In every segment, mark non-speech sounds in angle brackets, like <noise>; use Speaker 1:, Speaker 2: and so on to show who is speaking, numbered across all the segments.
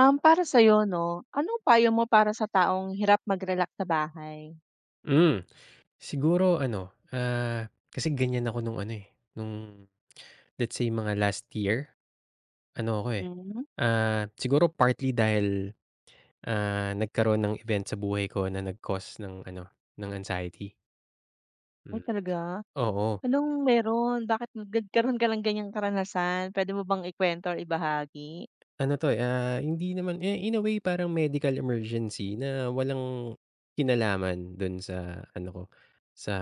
Speaker 1: Para sa'yo 'no, anong payo mo para sa taong hirap mag-relax sa bahay?
Speaker 2: Hmm, siguro ano, kasi ganyan ako nung ano, eh, nung let's say mga last year, ano ako, eh,
Speaker 1: Hmm.
Speaker 2: siguro partly dahil, nagkaroon ng event sa buhay ko na nag-cause ng ano, ng anxiety,
Speaker 1: Ay
Speaker 2: hmm,
Speaker 1: talaga?
Speaker 2: oo.
Speaker 1: Anong meron? Bakit nagkaroon ka ng ganyang karanasan? Pwede mo bang ikuwento or ibahagi?
Speaker 2: Ano 'to, eh, hindi naman eh, in a way parang medical emergency na walang kinalaman do'n sa ano ko, sa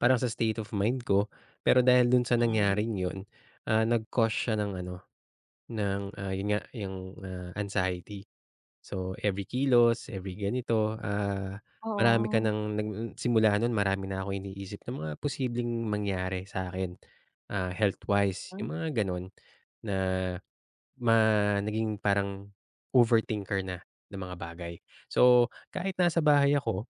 Speaker 2: parang sa state of mind ko. Pero dahil dun sa
Speaker 1: Mm.
Speaker 2: nangyaring 'yun, nag-cause siya ng ano, ng, 'yun nga, yung, anxiety. So, every kilos, every ganito, marami ka
Speaker 1: Oo.
Speaker 2: ng nag simula no'n marami na akong iniisip na mga posibleng mangyari sa'kin, health-wise,
Speaker 1: Hmm,
Speaker 2: yung mga gano'n na naging parang overthinker na ng mga bagay. So, kahit nasa bahay ako,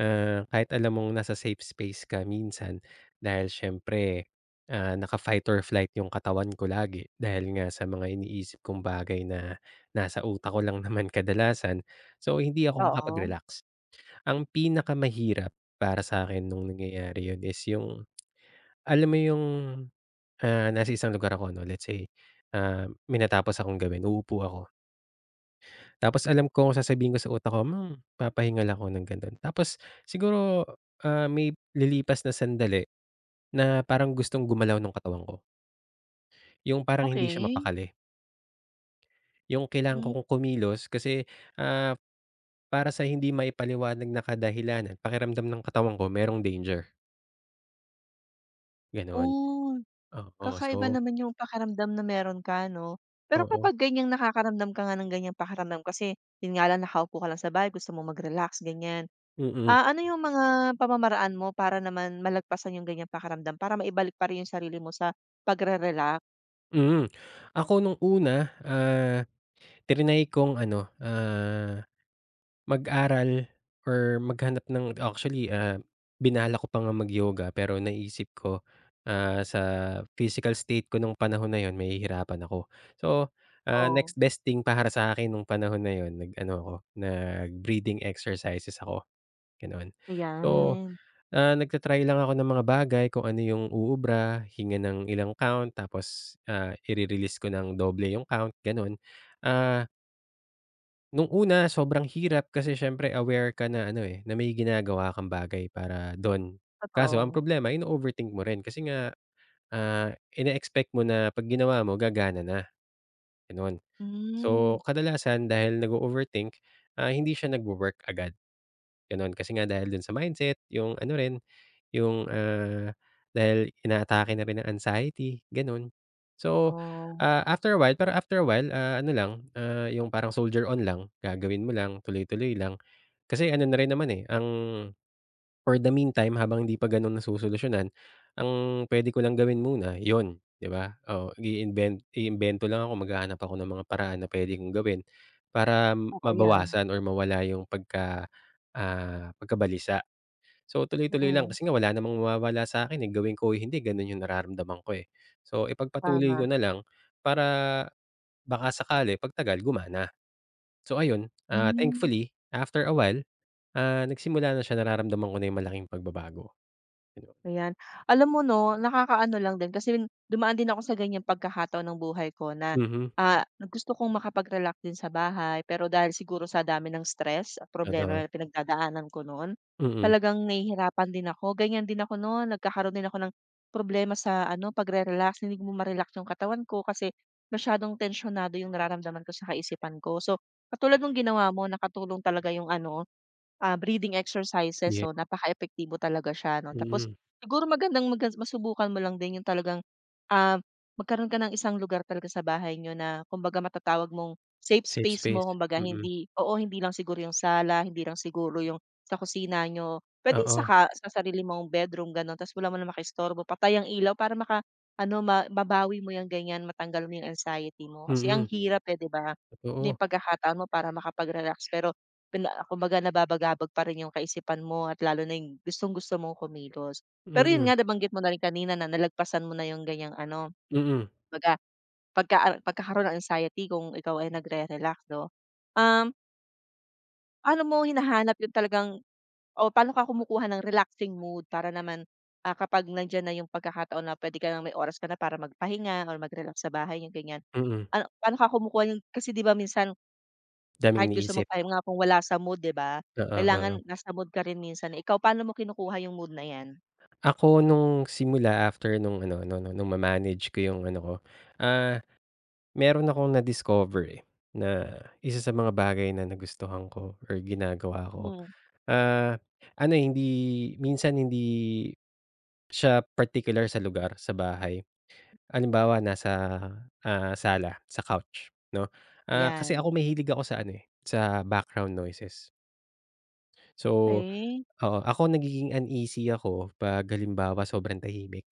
Speaker 2: kahit alam mong nasa safe space ka minsan dahil siyempre, naka-fight or flight yung katawan ko lagi dahil nga sa mga iniisip kong bagay na nasa utak ko lang <laughs> naman kadalasan. So, hindi ako
Speaker 1: oo.
Speaker 2: makapag-relax. Ang pinakamahirap para sa'kin nung nangyayari yun is yung alam mo yung, nasa isang lugar ako 'no, let's say, may natapos akong gawin, uupo ako. Tapos alam ko kung sasabihin ko sa utak ko, "Hmm, papahinga lang ako ng ganun." Tapos siguro, may lilipas na sandali na parang gustong gumalaw nung katawan ko, yung parang hindi siya
Speaker 1: Okey.
Speaker 2: mapakali, yung kailangan ko
Speaker 1: Hmm.
Speaker 2: kong kumilos kasi, ah, para sa hindi maipaliwanag na kadahilanan, pakiramdam ng katawan ko merong danger, gano'n.
Speaker 1: Oh,
Speaker 2: Oo, so
Speaker 1: kakaiba naman yung pakiramdam na meron ka 'no? Pero
Speaker 2: oo,
Speaker 1: kapag ganyang nakakaramdam ka nga ng ganyang pakiramdam kasi yun nga lang nakaupo ka lang sa bahay gusto mong mag-relax, ganyan.
Speaker 2: mm,
Speaker 1: Ano yung mga pamamaraan mo para naman malagpasan yung ganyang pakiramdam, para maibalik pa rin yung sarili mo sa pagre-relax?
Speaker 2: mm. Ako nung una, triny kong ano, Mag-aral or maghanap ng actually, binala ko pa nga mag-yoga pero naisip ko, sa physical state ko nung panahon na yun mahihirapan ako. So,
Speaker 1: Oo,
Speaker 2: next best thing para sa akin nung panahon na yun nag-ano ako, nag-breathing exercises ako, gano'n. So,
Speaker 1: ayan.
Speaker 2: nagta lang ako ng mga bagay kung ano yung uubra, hinga ng ilang count tapos, ire-release ko ng doble yung count, gano'n. Ah Nung una sobrang hirap kasi siyempre aware ka na ano, eh, na may ginagawa kang bagay para don. Kaso ang
Speaker 1: Totoo.
Speaker 2: problema ino-overthink mo rin kasi nga, ine-expect mo na 'pag ginawa mo gagana na, gano'n.
Speaker 1: Hmm,
Speaker 2: So, kadalasan dahil nag-o-overthink, hindi siya nagwo-work agad, gano'n. Kasi nga dahil dun sa mindset, yung ano rin yung, dahil inaatake na rin ng anxiety, gano'n. So,
Speaker 1: oo.
Speaker 2: after a while pero after a while, ano lang, yung parang soldier on lang, gagawin mo lang, tuloy-tuloy lang. Kasi ano na rin naman, eh, ang for the meantime habang hindi pa gano'n nasusolusyunan, ang puwede ko lang gawin muna yun, 'di ba? Oo, iimbento lang ako, maghahanap ako ng mga paraan na puwede kong gawin para
Speaker 1: Oo, 'yan.
Speaker 2: mabawasan or mawala yung pagkabalisa. So, tuloy-tuloy lang
Speaker 1: Mm,
Speaker 2: kasi nga wala namang mawawala sa'kin, eh, gawin ko o hindi gano'n yung nararamdaman ko, eh. So, ipagpatuloy ko
Speaker 1: tama.
Speaker 2: na lang para baka sakali pagtagal gumana. So ayun,
Speaker 1: Hmm.
Speaker 2: thankfully after a while, nagsimula na siya nararamdaman ko na yung malaking pagbabago, gano'n.
Speaker 1: Ayan. Alam mo 'no, nakakaano lang din kasi dumaan din ako sa ganyang pagkakataon ng buhay ko na,
Speaker 2: Mhm,
Speaker 1: gusto kong makapag-relax din sa bahay pero dahil siguro sa dami ng stress at problema
Speaker 2: totoo.
Speaker 1: na pinagdadaanan ko noon,
Speaker 2: Mm,
Speaker 1: talagang nahihirapan din ako. Ganyan din ako noon nagkakaroon din ako ng problema sa ano, pagre-relax. Hindi ko ma-relax yung katawan ko kasi masyadong tensyonado yung nararamdaman ko sa kaisipan ko. So, katulad ng ginawa mo, nakatulong talaga yung ano, breathing exercises
Speaker 2: ye
Speaker 1: 'no, napakaepektibo talaga siya 'no. Tapos
Speaker 2: mm,
Speaker 1: siguro magandang maga masubukan mo lang din yung talagang, ah, magkaroon ka ng isang lugar talaga sa bahay niyo na kumbaga matatawag mong safe
Speaker 2: safe
Speaker 1: space
Speaker 2: space,
Speaker 1: mo. Kumbaga
Speaker 2: mm,
Speaker 1: hindi oo, hindi lang siguro yung sala, hindi lang siguro yung sa kusina niyo, puwedeng sa
Speaker 2: oo,
Speaker 1: ka sa sarili mong bedroom gano'n tapos wala mo ng makaistorbo, patay ang ilaw para maka-ano ma mabawi mo yung ganyan, matanggal mo yung anxiety mo. Kasi ang
Speaker 2: mm,
Speaker 1: hirap, eh, 'di ba, na
Speaker 2: totoo,
Speaker 1: yung pagkakataon mo para makapag-relax pero Pina kumbaga nababagabag pa rin yung kaisipan mo at lalo na yung gustong-gusto mong kumilos. Pero yun
Speaker 2: mm,
Speaker 1: nga nabanggit mo na rin kanina na nalagpasan mo na yung ganyang ano,
Speaker 2: mm,
Speaker 1: kumbaga pagka pagkakaroon ng anxiety kung ikaw ay nagre-relax 'no. Um, paano mo hinahanap yung talagang o paano ka kumukuha ng relaxing mood para naman, kapag nandiyan na yung pagkakataon na puwede ka ng may oras ka na para magpahinga or mag-relax sa bahay yung ganyan.
Speaker 2: mm,
Speaker 1: Ano paano ka kumukuha yung kasi 'di ba minsan
Speaker 2: daming
Speaker 1: kahit gusto
Speaker 2: iniisip,
Speaker 1: magpahinga kung wala sa mood, 'di ba?
Speaker 2: oo,
Speaker 1: Kailangan
Speaker 2: oo.
Speaker 1: nasa mood ka rin minsan, eh. Ikaw paano mo kinukuha yung mood na 'yan?
Speaker 2: Ako nung simula after nung ano no no nung ma-manage ko yung ano ko, ah, meron akong na-discover, eh, na isa sa mga bagay na nagustuhan ko or ginagawa ko,
Speaker 1: Hmm,
Speaker 2: ah, ano, eh, hindi minsan hindi siya particular sa lugar, sa bahay. Halimbawa nasa, sala, sa couch 'no, kasi ako
Speaker 1: 'yan.
Speaker 2: mahilig ako sa ano, eh, sa background noises. So,
Speaker 1: Eh,
Speaker 2: oo, ako nagiging uneasy ako 'pag halimbawa sobrang tahimik.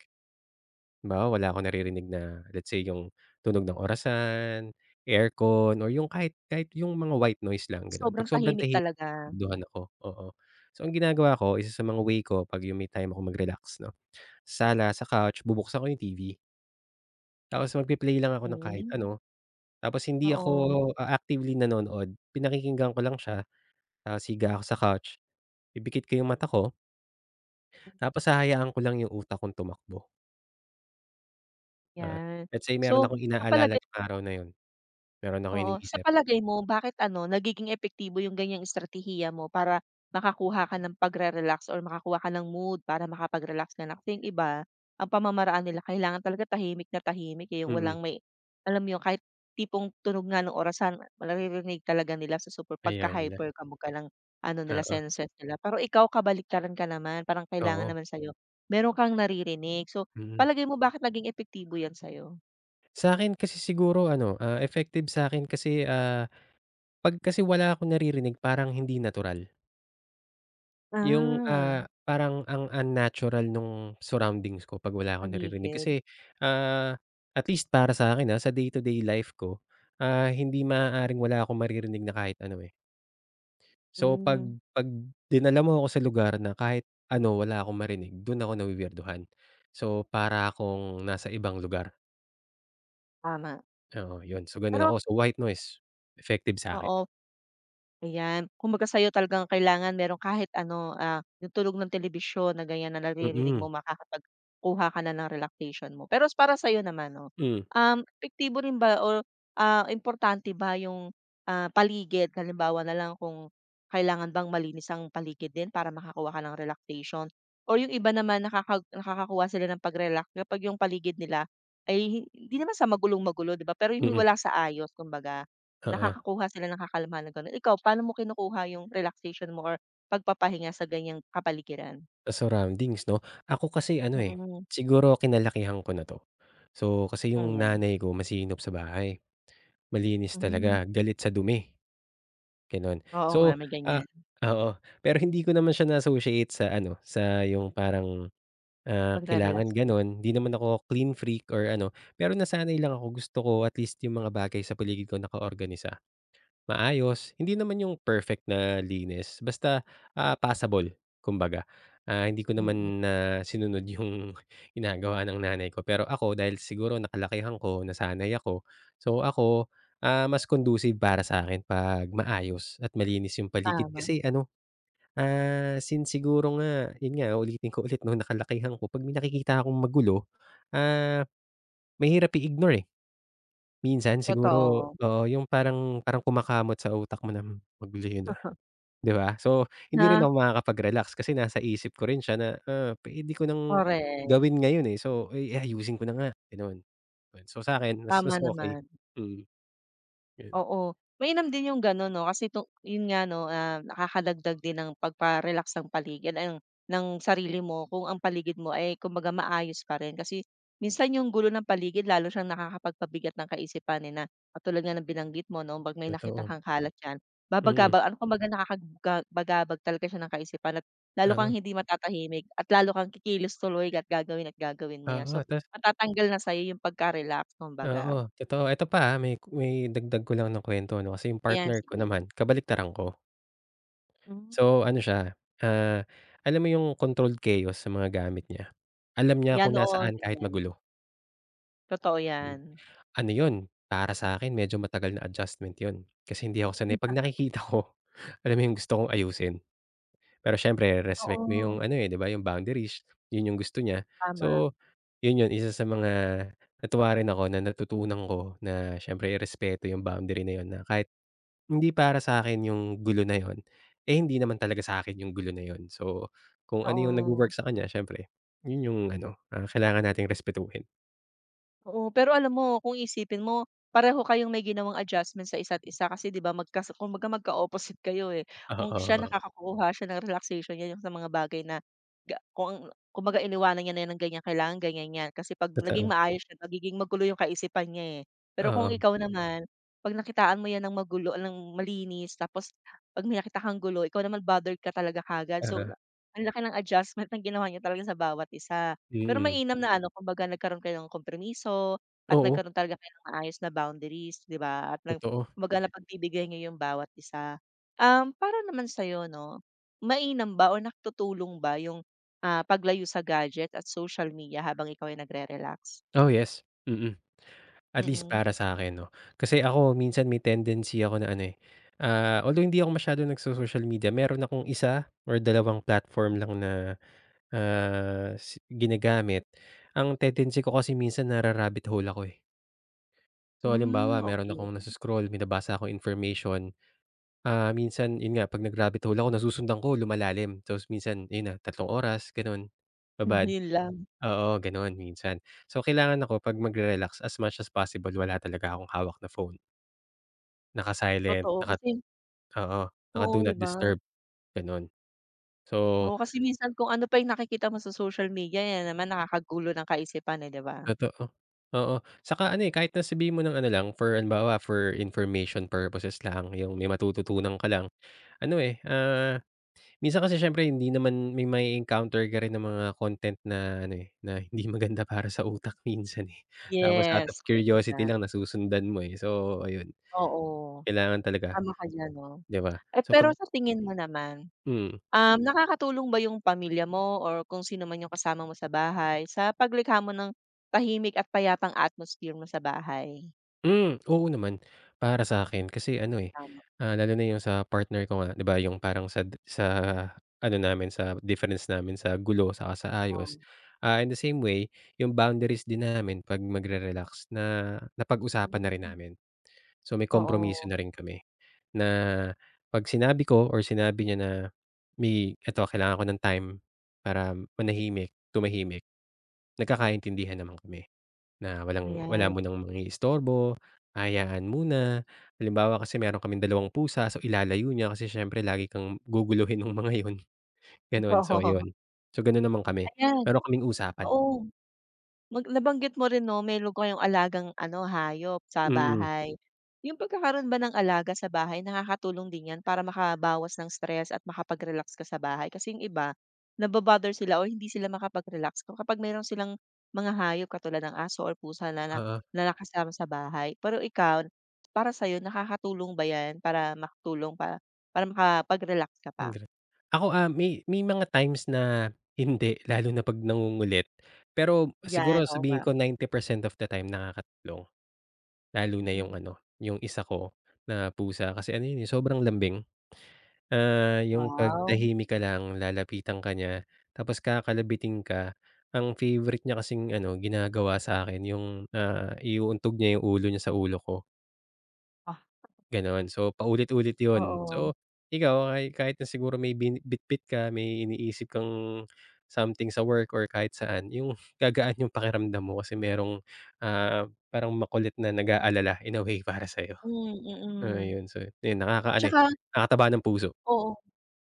Speaker 2: Halimbawa, wala akong naririnig na let's say yung tunog ng orasan, aircon or yung kahit kahit yung mga white noise lang gano'n. 'Pag
Speaker 1: sobrang
Speaker 2: sobrang
Speaker 1: tahimik
Speaker 2: tahimik
Speaker 1: talaga.
Speaker 2: nagugustuhan ako, oo. So ang ginagawa ko, isa sa mga way ko 'pag yung may time akong mag-relax 'no, sa sala, sa couch, bubuksan ko yung TV tapos magpe-play lang ako ng kahit
Speaker 1: Hmm,
Speaker 2: ano. Tapos hindi
Speaker 1: oo,
Speaker 2: ako, actively nanonood, pinakikinggan ko lang siya, tapos higa ako sa couch, pipikit ko yung mata ko tapos hahayaan ko lang yung utak kong tumakbo. Oo,
Speaker 1: 'yan.
Speaker 2: let's say meron
Speaker 1: So,
Speaker 2: akong
Speaker 1: sa
Speaker 2: inaalala
Speaker 1: palagay
Speaker 2: ng araw na yun, meron akong
Speaker 1: oo, sa
Speaker 2: iniisip.
Speaker 1: palagay mo bakit ano nagiging epektibo yung ganyang estratehiya mo para makakuha ka ng pagre-relax or makakuha ka ng mood para makapag-relax ka na? Kasi yung iba, ang pamamaraan nila kailangan talaga tahimik na tahimik, eh, yung
Speaker 2: Mm,
Speaker 1: walang may alam mo yun kahit tipong tunog nga ng orasan naririnig talaga nila sa super
Speaker 2: ayaw nila.
Speaker 1: pagka-hyper kabog ka ng ano nila
Speaker 2: Oo,
Speaker 1: senses nila. Pero ikaw kabaliktaran ka naman, parang kailangan
Speaker 2: oo,
Speaker 1: naman sa'yo meron kang naririnig. So,
Speaker 2: mm.
Speaker 1: palagay mo bakit naging epektibo yan sa'yo?
Speaker 2: Sa'kin kasi siguro ano, effective sa'kin kasi, 'pag kasi wala akong naririnig parang hindi natural. Yung,
Speaker 1: Ah.
Speaker 2: parang ang unnatural nung surroundings ko 'pag wala akong naririnig.
Speaker 1: Paligid,
Speaker 2: Kasi, ah, at least para sa'kin, sa day-to-day life ko, hindi maaaring wala akong maririnig na kahit ano, eh. So 'pag
Speaker 1: hmm.
Speaker 2: 'pag dinala mo ako sa lugar na kahit ano wala akong marinig, dun ako nawi-weirduhan. So para akong nasa ibang lugar.
Speaker 1: Tama.
Speaker 2: Oo, yun. So, gano'n
Speaker 1: Pero
Speaker 2: ako. So, white noise, effective sa'kin.
Speaker 1: oo, ayan. Kumbaga sa'yo talagang kailangan merong kahit ano, yung tulog ng telebisyon na ganyan na naririnig
Speaker 2: Mm,
Speaker 1: mo makakapagkuha ka na ng relaxation mo. Pero para sa'yo naman 'no,
Speaker 2: hmm,
Speaker 1: epektibo rin ba o importante ba yung, paligid? Halimbawa na lang kung kailangan bang malinis ang paligid din para makakuha ka ng relaxation or yung iba naman nakaka nakakakuha sila ng pag-relax kapag yung paligid nila ay hindi naman sa magulong-magulo 'di ba, pero yung
Speaker 2: mm,
Speaker 1: wala sa ayos kumbaga.
Speaker 2: oo.
Speaker 1: Nakakakuha sila ng kakalmahan na gano'n. Ikaw, paano mo kinukuha yung relaxation mo or pagpapahinga sa ganyang kapaligiran?
Speaker 2: Sa surroundings 'no? Ako kasi ano, eh,
Speaker 1: Mm,
Speaker 2: siguro kinalakihan ko na 'to. So, kasi
Speaker 1: hmm,
Speaker 2: yung
Speaker 1: 'yan.
Speaker 2: nanay ko masinop sa bahay, malinis
Speaker 1: Hmm,
Speaker 2: talaga, galit sa dumi, gano'n.
Speaker 1: oo nga
Speaker 2: So,
Speaker 1: may
Speaker 2: ah
Speaker 1: ganyan,
Speaker 2: oo, pero hindi ko naman siya na-associate sa ano, sa yung parang,
Speaker 1: pagre-relax
Speaker 2: kailangan
Speaker 1: mo.
Speaker 2: gano'n. Hindi naman ako clean freak or ano, pero nasanay lang ako. Gusto ko at least yung mga bagay sa paligid ko nakaorganisa. Maayos, hindi naman yung perfect na linis basta, passable kumbaga. Hindi ko
Speaker 1: Mm,
Speaker 2: naman na sinunod yung <laughs> ginagawa ng nanay ko, pero ako dahil siguro nakalakihan ko, nasanay ako. So ako, mas conducive para sa akin 'pag maayos at malinis yung paligid
Speaker 1: tama,
Speaker 2: kasi ano, since siguro nga yun nga uulitin ko ulit 'no, nakalakihan ko 'pag may nakikita akong magulo, ah, mahirap i-ignore, eh. Minsan siguro,
Speaker 1: totoo.
Speaker 2: oo, yung parang parang kumakamot sa utak mo na "Hmm, magbili yun ah,
Speaker 1: <laughs>
Speaker 2: 'di ba?" So, hindi rin
Speaker 1: Na
Speaker 2: ako makakapag-relax kasi nasa isip ko rin siya na, puwede ko ng
Speaker 1: correct,
Speaker 2: gawin ngayon, eh. So, ay ayusin ko na nga, gano'n. Yun, so sa'kin mas
Speaker 1: tama
Speaker 2: mas okey.
Speaker 1: naman.
Speaker 2: Mm, yun,
Speaker 1: Oo, mainam din yung gano'n 'no, kasi to yun nga 'no, nakakadagdag din ng pagpa-relax ng paligid ang ng sarili mo kung ang paligid mo ay kumbaga maayos pa rin. Kasi minsan yung gulo ng paligid lalo siyang nakakapagpabigat ng kaisipan, eh, na katulad nga ng binanggit mo 'no, 'pag may nakita
Speaker 2: totoo.
Speaker 1: kang kalat diyan,
Speaker 2: Mm,
Speaker 1: babagabag ano kumbaga nakakagga bagabag talaga siya ng kaisipan at lalo kang
Speaker 2: oo,
Speaker 1: hindi matatahimik at lalo kang kikilos tuloy at gagawin mo 'yan. So
Speaker 2: oo, tas
Speaker 1: matatanggal na sa'yo yung pagka-relax
Speaker 2: oo,
Speaker 1: kumbaga.
Speaker 2: totoo. Eto pa, may dagdag ko lang na kuwento 'no, kasi yung
Speaker 1: Ayan,
Speaker 2: partner ko
Speaker 1: sige.
Speaker 2: naman kabaliktaran ko.
Speaker 1: Hmm.
Speaker 2: So, ano siya, ah, alam mo yung controlled chaos sa mga gamit niya. Alam niya
Speaker 1: Yan,
Speaker 2: kung
Speaker 1: oo,
Speaker 2: nasaan kahit
Speaker 1: ganyan.
Speaker 2: magulo.
Speaker 1: Totoo
Speaker 2: Hmm,
Speaker 1: yan.
Speaker 2: Ano yun, para sa'kin medyo matagal na adjustment yun, kasi hindi ako sanay
Speaker 1: Hmm.
Speaker 2: 'pag nakikita ko, <laughs> alam mo yung gusto kong ayusin. Pero siyempre respect mo yung
Speaker 1: Oo,
Speaker 2: ano, eh, 'di ba, yung boundaries, yun yung gusto niya.
Speaker 1: tama,
Speaker 2: So, yun yun, isa sa mga natuwa rin ako na natutunan ko na siyempre irespeto yung boundary na yun na kahit hindi para sa'kin yung gulo na yun. Eh, hindi naman talaga sa'kin yung gulo na yun. So, kung ano yung
Speaker 1: oo.
Speaker 2: nagwo-work sa kanya siyempre yun yung ano, kailangan nating respetuhin.
Speaker 1: Oo, pero alam mo kung isipin mo pareho kayong may ginawang adjustment sa isa't isa kasi 'di ba magkas kumbaga magka-opposite kayo, eh. Kung siya
Speaker 2: Oo,
Speaker 1: nakakakuha siya ng relaxation niya yung sa mga bagay na ga kung ang- kumbaga iniwanan niya na yan ng ganyan, kailangan ganyan 'yan. Kasi 'pag naging
Speaker 2: totoo.
Speaker 1: maayos siya nagiging magulo yung kaisipan niya, eh. Pero kung
Speaker 2: Oo,
Speaker 1: ikaw naman, 'pag nakitaan mo 'yan ng magulo ng malinis tapos 'pag may nakita kang gulo ikaw naman bothered ka talaga kaagad.
Speaker 2: oo,
Speaker 1: So, ang laki ng adjustment na ginawa niyo talaga sa bawat isa. Pero
Speaker 2: mm.
Speaker 1: mainam na ano, kumbaga nagkaroon kayo ng kompromiso at
Speaker 2: Oo,
Speaker 1: nagkaroon talaga kayo ng maayos na boundaries, 'di ba? At nag
Speaker 2: totoo.
Speaker 1: kumbaga napagbibigyan niyo yung bawat isa. Para naman sa'yo 'no, mainam ba o nakatutulong ba yung, paglayo sa gadget at social media habang ikaw ay nagre-relax?
Speaker 2: Oh, yes, mm. At least
Speaker 1: Mm.
Speaker 2: para sa'kin 'no. Kasi ako minsan may tendency ako na ano, eh, although hindi ako masyadong nagso-social media, meron akong isa or dalawang platform lang na, ginagamit. Ang tendency ko kasi minsan nara-rabbit hole ako, eh. So,
Speaker 1: Hmm,
Speaker 2: halimbawa meron
Speaker 1: okey.
Speaker 2: akong naso-scroll, may nabasa akong information, minsan yun nga 'pag nag-rabbit hole ako nasusundan ko lumalalim so minsan ayun na 3 oras gano'n,
Speaker 1: <laughs>
Speaker 2: babad.
Speaker 1: Yun lang,
Speaker 2: Oo, gano'n minsan. So, kailangan ako 'pag magre-relax as much as possible wala talaga akong hawak na phone, naka-silent,
Speaker 1: totoo kasi
Speaker 2: oo, naka-do
Speaker 1: oo, 'di
Speaker 2: not
Speaker 1: ba?
Speaker 2: disturb gano'n. So,
Speaker 1: Oo, kasi minsan kung ano pa yung nakikita mo sa social media, yan naman nakakagulo ng kaisipan, eh, 'di ba?
Speaker 2: totoo oo, saka ano, eh, kahit na sabihin mo ng ano lang for halimbawa for information purposes lang yung may matututunan ka lang, ano, eh, Minsan kasi siyempre hindi naman may mae-encounter ka rin ng mga content na ano, eh, na <laughs> hindi maganda para sa utak minsan, eh. Tapos out of
Speaker 1: Yes, korek ka
Speaker 2: curiosity
Speaker 1: diyan.
Speaker 2: lang nasusundan mo, eh. So, ayun,
Speaker 1: Oo.
Speaker 2: kailangan talaga,
Speaker 1: Tama ka diyan 'no.
Speaker 2: 'di ba?
Speaker 1: Eh,
Speaker 2: So, 'pag
Speaker 1: pero sa tingin mo naman,
Speaker 2: mm.
Speaker 1: nakakatulong ba yung pamilya mo or kung sino man yung kasama mo sa bahay sa paglikha mo ng tahimik at payapang atmosphere mo sa bahay?
Speaker 2: Hmm, oo naman. Para sa'kin kasi ano, eh,
Speaker 1: Tama,
Speaker 2: lalo na yung sa partner ko nga, 'di ba, yung parang sa ano namin, sa difference namin sa gulo saka sa
Speaker 1: oo.
Speaker 2: ayos. In the same way, yung boundaries din namin 'pag magre-relax na napag-usapan na rin
Speaker 1: Mm.
Speaker 2: namin. So, may
Speaker 1: Oo,
Speaker 2: kompromiso na rin kami na 'pag sinabi ko or sinabi niya na, "May eto kailangan ko ng time para manahimik, tumahimik," nagkakaintindihan naman kami na walang wala
Speaker 1: ayan.
Speaker 2: munang mangiistorbo, hahayaan muna. Halimbawa kasi meron kaming dalawang pusa, so ilalayo niya kasi siyempre lagi kang guguluhin ng mga <laughs> yun, gano'n.
Speaker 1: <laughs>
Speaker 2: So,
Speaker 1: Oo,
Speaker 2: ayun. So, gano'n naman kami.
Speaker 1: ayan,
Speaker 2: Meron kaming usapan.
Speaker 1: oo. Mag nabanggit mo rin 'no, meron kayong alagang ano, hayop sa
Speaker 2: Mm,
Speaker 1: bahay. Yung pagkakaroon ba ng alaga sa bahay nakakatulong din 'yan para makabawas ng stress at makapag-relax ka sa bahay? Kasi yung iba, nabo-bother sila o hindi sila makapag-relax ko kapag meron silang mga hayop katulad ng aso or pusa na na
Speaker 2: oo.
Speaker 1: na nakasama sa bahay. Pero ikaw, para sa'yo nakakatulong ba 'yan para makatulong pa para makapag-relax ka
Speaker 2: Ang
Speaker 1: pa?
Speaker 2: gra ako, may mga times na hindi, <laughs> lalo na 'pag nangungulit. Pero siguro
Speaker 1: Yan, oo nga.
Speaker 2: sabihin ko 90% of the time nakakatulong, lalo na yung
Speaker 1: Mm.
Speaker 2: ano, yung isa ko na pusa kasi ano yun, eh, sobrang lambing. Yung 'pag
Speaker 1: Wow.
Speaker 2: tahimik ka lang, lalapitan ka niya, tapos kakalabitin ka. Ang favorite niya kasing ano ginagawa sa'kin yung, iuuntog niya yung ulo niya sa ulo ko.
Speaker 1: Ah.
Speaker 2: Gano'n. So, paulit-ulit 'yun.
Speaker 1: Oo.
Speaker 2: So, ikaw kahit na siguro may bitbit ka, may iniisip kang something sa work or kahit saan, yung <laughs> gagaan yung pakiramdam mo kasi merong, parang makulit na nag-aalala in a way para sa'yo.
Speaker 1: Hmm,
Speaker 2: Oo,
Speaker 1: mm.
Speaker 2: 'yun. So, 'yun nakakaano, eh,
Speaker 1: Tsaka
Speaker 2: nakakataba ng puso.
Speaker 1: oo,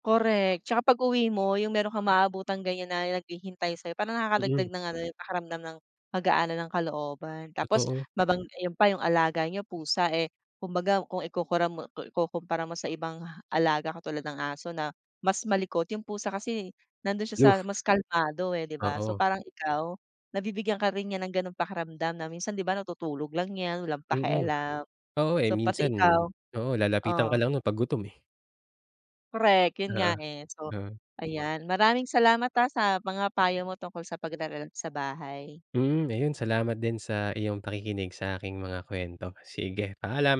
Speaker 1: correct. Tsaka pag-uwi mo yung meron kang maabutang ganyan na naghihintay sa'yo parang
Speaker 2: Mm,
Speaker 1: nakakadagdag ng ano, yung pakiramdam ng pagaanan ng kalooban. Tapos
Speaker 2: totoo.
Speaker 1: mabang yun pa yung alaga niyo pusa, eh, kumbaga kung ikukura mo kung ikukumpara mo sa ibang alaga katulad ng aso na mas malikot, yung pusa kasi nandun siya sa
Speaker 2: Aloof,
Speaker 1: mas kalmado, eh, 'di ba? So
Speaker 2: oo.
Speaker 1: parang ikaw, nabibigyan ka rin niya ng ganong pakiramdam na minsan 'di ba natutulog lang yan, walang
Speaker 2: Mm.
Speaker 1: pakialam.
Speaker 2: Oo, eh,
Speaker 1: So pati
Speaker 2: minsan
Speaker 1: ikaw
Speaker 2: oo, lalapitan
Speaker 1: oo.
Speaker 2: ka lang nun 'pag gutom, eh.
Speaker 1: Korek, yun
Speaker 2: Oo,
Speaker 1: nga, eh. So,
Speaker 2: oo.
Speaker 1: ayan, maraming salamat, sa mga payo mo tungkol sa pagre-relax sa bahay.
Speaker 2: Mm, ayun salamat din sa iyong pakikinig sa aking mga kwento. Sige, paalam.